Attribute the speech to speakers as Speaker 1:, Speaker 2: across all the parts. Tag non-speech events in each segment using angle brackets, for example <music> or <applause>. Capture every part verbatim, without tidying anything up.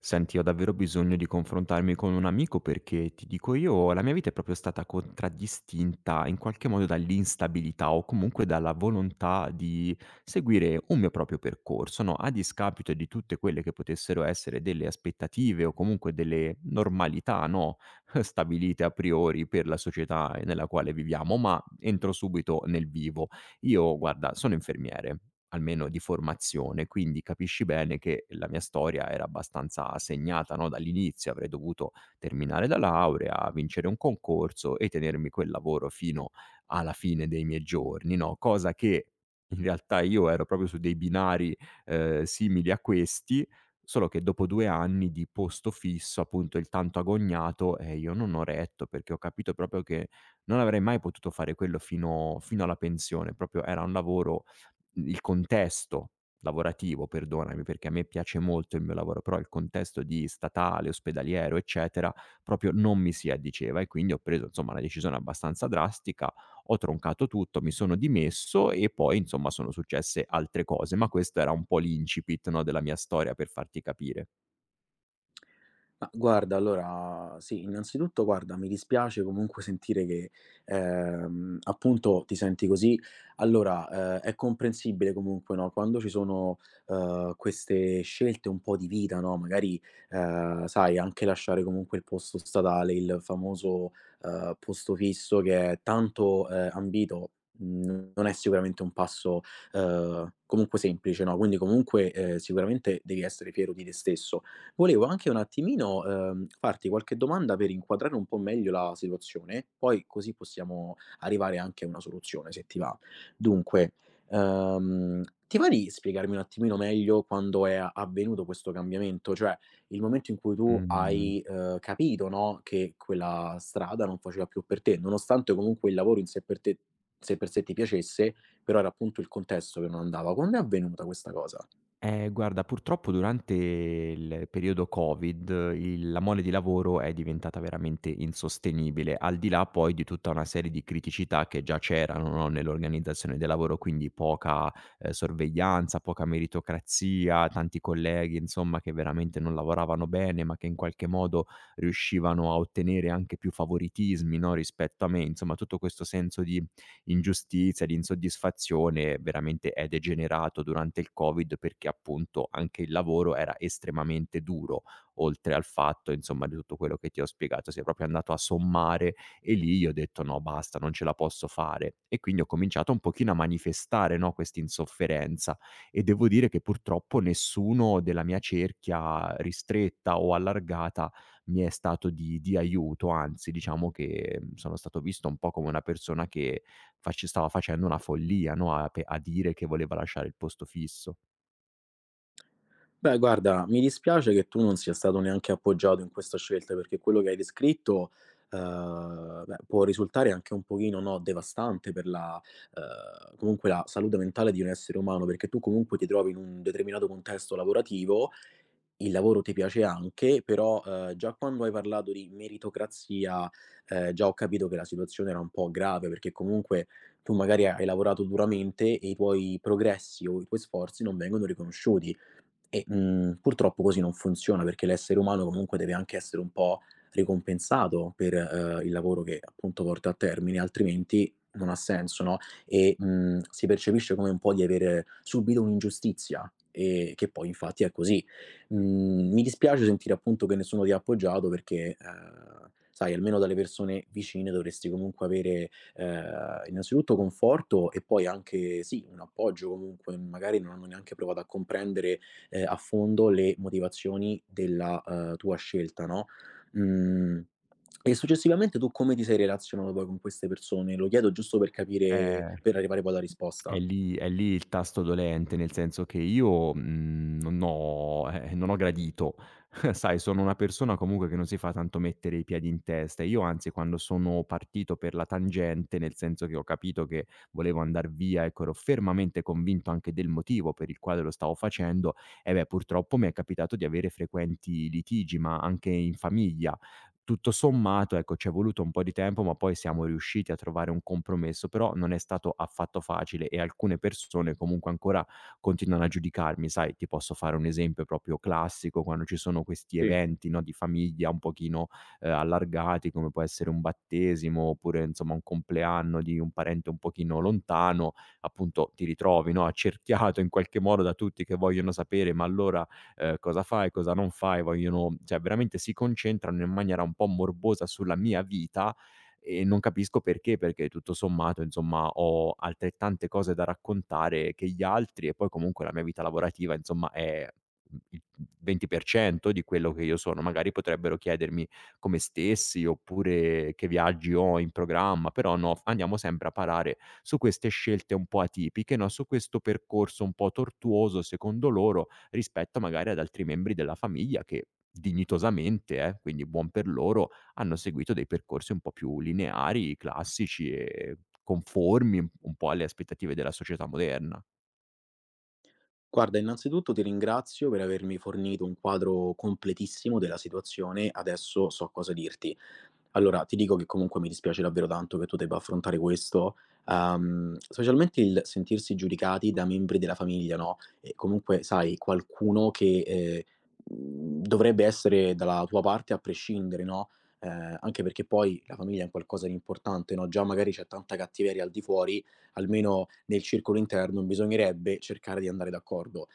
Speaker 1: Senti, ho davvero bisogno di confrontarmi con un amico perché ti dico io, la mia vita è proprio stata contraddistinta in qualche modo dall'instabilità o comunque dalla volontà di seguire un mio proprio percorso, no? A discapito di tutte quelle che potessero essere delle aspettative o comunque delle normalità, no? <laughs> Stabilite a priori per la società nella quale viviamo, ma entro subito nel vivo. Io guarda, sono infermiere, almeno di formazione, quindi capisci bene che la mia storia era abbastanza segnata, no, dall'inizio. Avrei dovuto terminare la laurea, vincere un concorso e tenermi quel lavoro fino alla fine dei miei giorni, no, cosa che in realtà io ero proprio su dei binari, ehm, simili a questi, solo che dopo due anni di posto fisso, appunto, il tanto agognato, eh, io non ho retto perché ho capito proprio che non avrei mai potuto fare quello fino fino alla pensione, proprio era un lavoro il contesto lavorativo, perdonami, perché a me piace molto il mio lavoro, però il contesto di statale, ospedaliero, eccetera, proprio non mi si addiceva e quindi ho preso insomma una decisione abbastanza drastica, ho troncato tutto, mi sono dimesso e poi insomma sono successe altre cose, ma questo era un po' l'incipit, no, della mia storia per farti capire.
Speaker 2: Ma guarda, allora sì, innanzitutto guarda, mi dispiace comunque sentire che, ehm, appunto ti senti così. Allora, ehm, è comprensibile comunque, no, quando ci sono, ehm, queste scelte un po' di vita, no, magari, ehm, sai, anche lasciare comunque il posto statale, il famoso, ehm, posto fisso che è tanto, ehm, ambito, mhmm, non è sicuramente un passo, ehm, comunque semplice, no, quindi comunque, ehm, sicuramente devi essere fiero di te stesso. Volevo anche un attimino, ehm, farti qualche domanda per inquadrare un po' meglio la situazione, poi così possiamo arrivare anche a una soluzione, se ti va. Dunque, ehm, ti va di spiegarmi un attimino meglio quando è a avvenuto questo cambiamento? Cioè, il momento in cui tu
Speaker 1: Mh.
Speaker 2: hai, ehm, capito, no, che quella strada non faceva più per te, nonostante comunque il lavoro in sé per te sé per sé ti piacesse, però era appunto il contesto che non andava. Quando è avvenuta questa cosa?
Speaker 1: Eh, guarda, purtroppo durante il periodo Covid il la mole di lavoro è diventata veramente insostenibile, al di là poi di tutta una serie di criticità che già c'erano, no, nell'organizzazione del lavoro, quindi poca, ehm, sorveglianza, poca meritocrazia, tanti colleghi insomma che veramente non lavoravano bene, ma che in qualche modo riuscivano a ottenere anche più favoritismi, no, rispetto a me. Insomma tutto questo senso di ingiustizia, di insoddisfazione veramente è degenerato durante il Covid perché appunto anche il lavoro era estremamente duro, oltre al fatto insomma di tutto quello che ti ho spiegato, si è proprio andato a sommare e lì io ho detto: "No basta, non ce la posso fare" e quindi ho cominciato un pochino a manifestare, no, quest'insofferenza e devo dire che purtroppo nessuno della mia cerchia ristretta o allargata mi è stato di di aiuto, anzi diciamo che mm, sono stato visto un po' come una persona che Fac stava facendo una follia, no, a pe a dire che voleva lasciare il posto fisso.
Speaker 2: Beh, guarda, mi dispiace che tu non sia stato neanche appoggiato in questa scelta, perché quello che hai descritto, ehm, beh, può risultare anche un pochino, no, devastante per la ehm, comunque la salute mentale di un essere umano, perché tu comunque ti trovi in un determinato contesto lavorativo, il lavoro ti piace anche, però, ehm, già quando hai parlato di meritocrazia, ehm, già ho capito che la situazione era un po' grave, perché comunque tu magari hai lavorato duramente e i tuoi progressi o i tuoi sforzi non vengono riconosciuti. E, mhmm, purtroppo così non funziona, perché l'essere umano comunque deve anche essere un po' ricompensato per, uhm, il lavoro che appunto porta a termine, altrimenti non ha senso, no, e, mhmm, si percepisce come un po' di avere subito un'ingiustizia, ehm, che poi infatti è così. Mhmm, mi dispiace sentire appunto che nessuno ti ha appoggiato perché, uhm, sai almeno dalle persone vicine dovresti comunque avere, uhm, innanzitutto conforto e poi anche sì, un appoggio comunque, magari non hanno neanche provato a comprendere ehm, a fondo le motivazioni della, uhm, tua scelta, no, mhmm, e successivamente tu come ti sei relazionato poi con queste persone? Lo chiedo giusto per capire
Speaker 1: Eh,
Speaker 2: per arrivare poi alla
Speaker 1: è
Speaker 2: risposta.
Speaker 1: lì è lì il tasto dolente, nel senso che io, mhmm, non ho eh, non ho gradito. <laughs> Sai, sono una persona comunque che non si fa tanto mettere i piedi in testa e io anzi quando sono partito per la tangente, nel senso che ho capito che volevo andar via, ecco, ero fermamente convinto anche del motivo per il quale lo stavo facendo, eh beh, purtroppo mi è capitato di avere frequenti litigi, ma anche in famiglia. Tutto sommato, ecco, c'è voluto un po' di tempo, ma poi siamo riusciti a trovare un compromesso, però non è stato affatto facile e alcune persone comunque ancora continuano a giudicarmi. Sai, ti posso fare un esempio proprio classico, quando ci sono questi
Speaker 2: Sì.
Speaker 1: eventi, no, di famiglia un pochino, ehm, allargati, come può essere un battesimo, oppure insomma un compleanno di un parente un pochino lontano, appunto ti ritrovi, no, accerchiato in qualche modo da tutti che vogliono sapere: "Ma allora ehm, cosa fai, cosa non fai", vogliono, cioè veramente si concentrano in maniera un po' morbosa sulla mia vita e non capisco perché, perché tutto sommato insomma ho altrettante cose da raccontare che gli altri e poi comunque la mia vita lavorativa insomma è il venti per cento di quello che io sono. Magari potrebbero chiedermi come stessi oppure che viaggi ho in programma, però no, f andiamo sempre a parare su queste scelte un po' atipiche, no, su questo percorso un po' tortuoso secondo loro rispetto magari ad altri membri della famiglia che dignitosamente, eh, quindi buon per loro, hanno seguito dei percorsi un po' più lineari, classici e conformi un un po' alle aspettative della società moderna.
Speaker 2: Guarda, innanzitutto ti ringrazio per avermi fornito un quadro completissimo della situazione, adesso so cosa dirti. Allora, ti dico che comunque mi dispiace davvero tanto che tu debba affrontare questo, ehm, specialmente il sentirsi giudicati da membri della famiglia, no, e comunque sai qualcuno che, ehm, mhmm, dovrebbe essere dalla tua parte a prescindere, no, ehm, anche perché poi la famiglia è un qualcosa di importante, no, già magari c'è tanta cattiveria al di fuori, almeno nel circolo interno bisognerebbe cercare di andare d'accordo.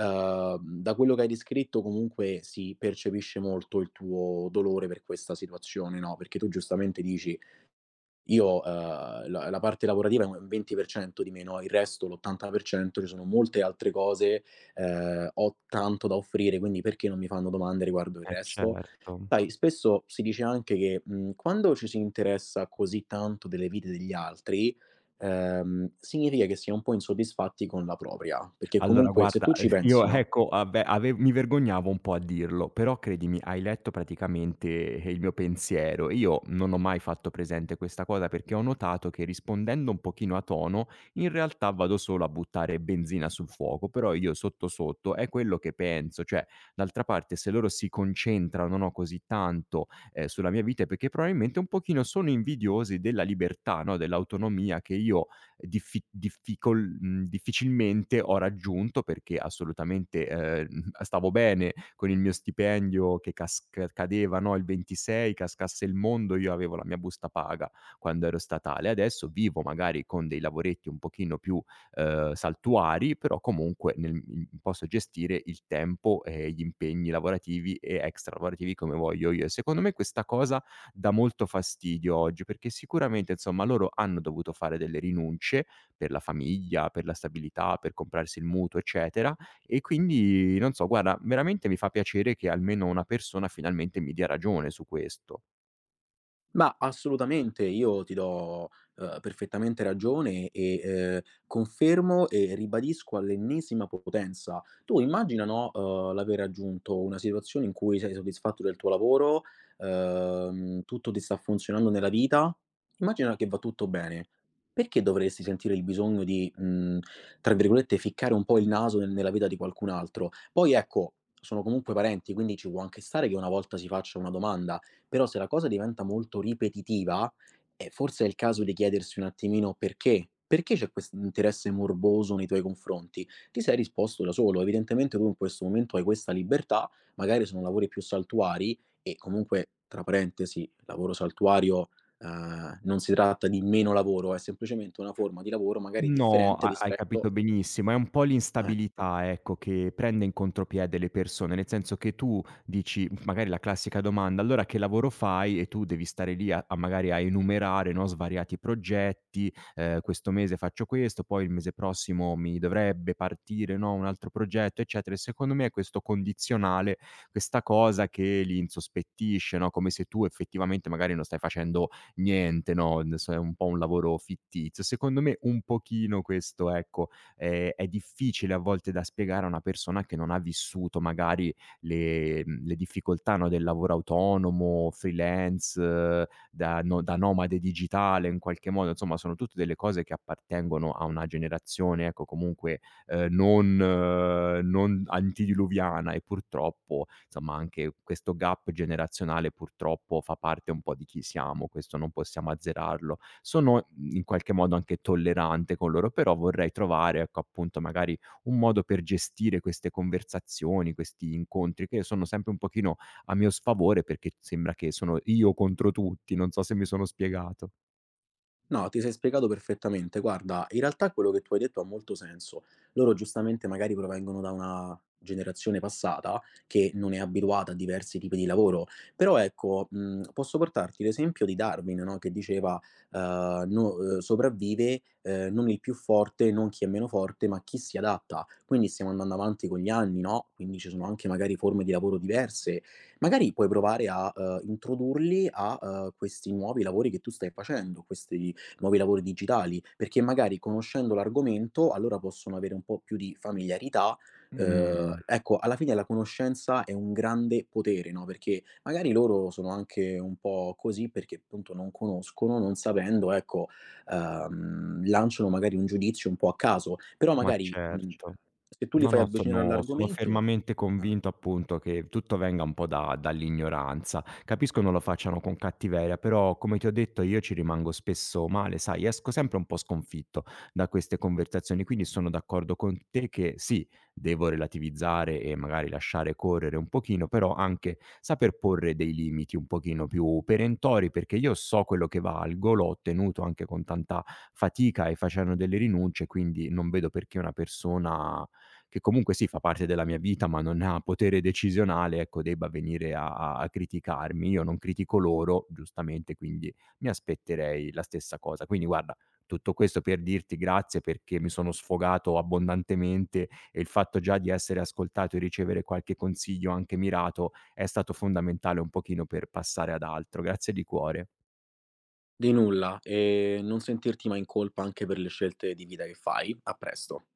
Speaker 2: Uhm, da quello che hai descritto comunque si percepisce molto il tuo dolore per questa situazione, no, perché tu giustamente dici: "Io, uhm, la la parte lavorativa è un venti per cento di me, no, il resto, l'ottanta per cento ci sono molte altre cose, ehm, ho tanto da offrire, quindi perché non mi fanno domande riguardo il
Speaker 1: Eh
Speaker 2: resto?"
Speaker 1: certo.
Speaker 2: Sai, spesso si dice anche che, mhmm, quando ci si interessa così tanto delle vite degli altri, ehm, significa che si è un po' insoddisfatti con la propria, perché
Speaker 1: Allora
Speaker 2: comunque se
Speaker 1: guarda,
Speaker 2: tu
Speaker 1: <laughs>
Speaker 2: ci
Speaker 1: ehm,
Speaker 2: pensi,
Speaker 1: io
Speaker 2: no.
Speaker 1: ecco, ah beh, ave mi vergognavo un po' a dirlo, però credimi, hai letto praticamente eh, il mio pensiero. Io non ho mai fatto presente questa cosa perché ho notato che rispondendo un pochino a tono, in realtà vado solo a buttare benzina sul fuoco, però io sotto, sotto è quello che penso. Cioè, d'altra parte se loro si concentrano, no, così tanto, ehm, sulla mia vita è perché probabilmente un pochino sono invidiosi della libertà, no, dell'autonomia che io diffi difficol mhmm, difficilmente ho raggiunto perché assolutamente, ehm, <laughs> stavo bene con il mio stipendio che casc cadeva, no, il ventisei, cascasse il mondo, io avevo la mia busta paga quando ero statale. Adesso vivo magari con dei lavoretti un pochino più, ehm, saltuari, però comunque nel mhmm, posso gestire il tempo e gli impegni lavorativi e extra lavorativi come voglio io. E secondo me questa cosa dà molto fastidio oggi, perché sicuramente insomma loro hanno dovuto fare delle rinunce per la famiglia, per la stabilità, per comprarsi il mutuo, eccetera, e quindi non so, guarda, veramente mi fa piacere che almeno una persona finalmente mi dia ragione su questo.
Speaker 2: Ma assolutamente, io ti do, uhm, perfettamente ragione e, ehm, confermo e ribadisco all'ennesima potenza. Tu immagina, no, uhm, l'aver raggiunto una situazione in cui sei soddisfatto del tuo lavoro, uhm, tutto ti sta funzionando nella vita, immagina che va tutto bene. Perché dovresti sentire il bisogno di, mhmm, tra virgolette, "ficcare un po' il naso" nel nella vita di qualcun altro? Poi ecco, sono comunque parenti, quindi ci può anche stare che una volta si faccia una domanda, però se la cosa diventa molto ripetitiva, eh, forse è il caso di chiedersi un attimino perché. Perché c'è questo interesse morboso nei tuoi confronti? Ti sei risposto da solo. Evidentemente tu in questo momento hai questa libertà, magari sono lavori più saltuari e comunque, tra parentesi, lavoro saltuario, ehm, non si tratta di meno lavoro, è semplicemente una forma di lavoro magari
Speaker 1: No,
Speaker 2: differente
Speaker 1: ha hai
Speaker 2: rispetto
Speaker 1: capito benissimo. È un po'
Speaker 2: ecco.
Speaker 1: l'instabilità, ecco, che prende in contropiede le persone, nel senso che tu dici magari la classica domanda: "Allora che lavoro fai?" E tu devi stare lì a a magari a enumerare, no, svariati progetti, ehm: "Questo mese faccio questo, poi il mese prossimo mi dovrebbe partire, no, un altro progetto", eccetera. E secondo me è questo condizionale, questa cosa che li insospettisce, no, come se tu effettivamente magari non stai facendo niente, no, n so è un po' un lavoro fittizio. Secondo me un pochino questo, ecco, ehm, è difficile a volte da spiegare a una persona che non ha vissuto magari le mhmm, le difficoltà, no, del lavoro autonomo, freelance, eh, da no da nomade digitale in qualche modo, insomma sono tutte delle cose che appartengono a una generazione, ecco, comunque, ehm, non eh, non antediluviana e purtroppo insomma, anche questo gap generazionale purtroppo fa parte un po' di chi siamo, questo non possiamo azzerarlo. Sono mhmm, in qualche modo anche tollerante con loro, però vorrei trovare, ecco, appunto, magari un modo per gestire queste conversazioni, questi incontri che sono sempre un pochino a mio sfavore perché sembra che sono io contro tutti, non so se mi sono spiegato.
Speaker 2: No, ti sei spiegato perfettamente. Guarda, in realtà quello che tu hai detto ha molto senso. Loro giustamente magari provengono da una generazione passata che non è abituata a diversi tipi di lavoro, però ecco, mhmm, posso portarti l'esempio di Darwin, no, che diceva, ehm, no ehm, sopravvive, ehm, non il più forte, non chi è meno forte, ma chi si adatta. Quindi stiamo andando avanti con gli anni, no, quindi ci sono anche magari forme di lavoro diverse. Magari puoi provare a, ehm, introdurli a, ehm, questi nuovi lavori che tu stai facendo, questi nuovi lavori digitali, perché magari conoscendo l'argomento allora possono avere un po' più di familiarità. Uhm,
Speaker 1: Mh.
Speaker 2: ecco, alla fine la conoscenza è un grande potere, no, perché magari loro sono anche un po' così perché appunto non conoscono, non sapendo, ecco, uhm, lanciano magari un giudizio un po' a caso, però
Speaker 1: Mh, ma
Speaker 2: magari, mhmm,
Speaker 1: certo.
Speaker 2: se tu li
Speaker 1: No,
Speaker 2: fai
Speaker 1: no,
Speaker 2: avvicinare
Speaker 1: sono sono
Speaker 2: all'argomento
Speaker 1: fermamente
Speaker 2: ah.
Speaker 1: convinto appunto che tutto venga un po' da dall'ignoranza. Capisco non lo facciano con cattiveria, però come ti ho detto io ci rimango spesso male, sai, esco sempre un po' sconfitto da queste conversazioni, quindi sono d'accordo con te che sì, devo relativizzare e magari lasciare correre un pochino, però anche saper porre dei limiti un pochino più perentori, perché io so quello che valgo, l'ho ottenuto anche con tanta fatica e facendo delle rinunce, quindi non vedo perché una persona che comunque sì, fa parte della mia vita, ma non ha potere decisionale, ecco, debba venire a a a criticarmi. Io non critico loro, giustamente, quindi mi aspetterei la stessa cosa. Quindi guarda, tutto questo per dirti grazie perché mi sono sfogato abbondantemente e il fatto già di essere ascoltato e ricevere qualche consiglio anche mirato è stato fondamentale un pochino per passare ad altro. Grazie di cuore.
Speaker 2: Di nulla, e non sentirti mai in colpa anche per le scelte di vita che fai. A presto.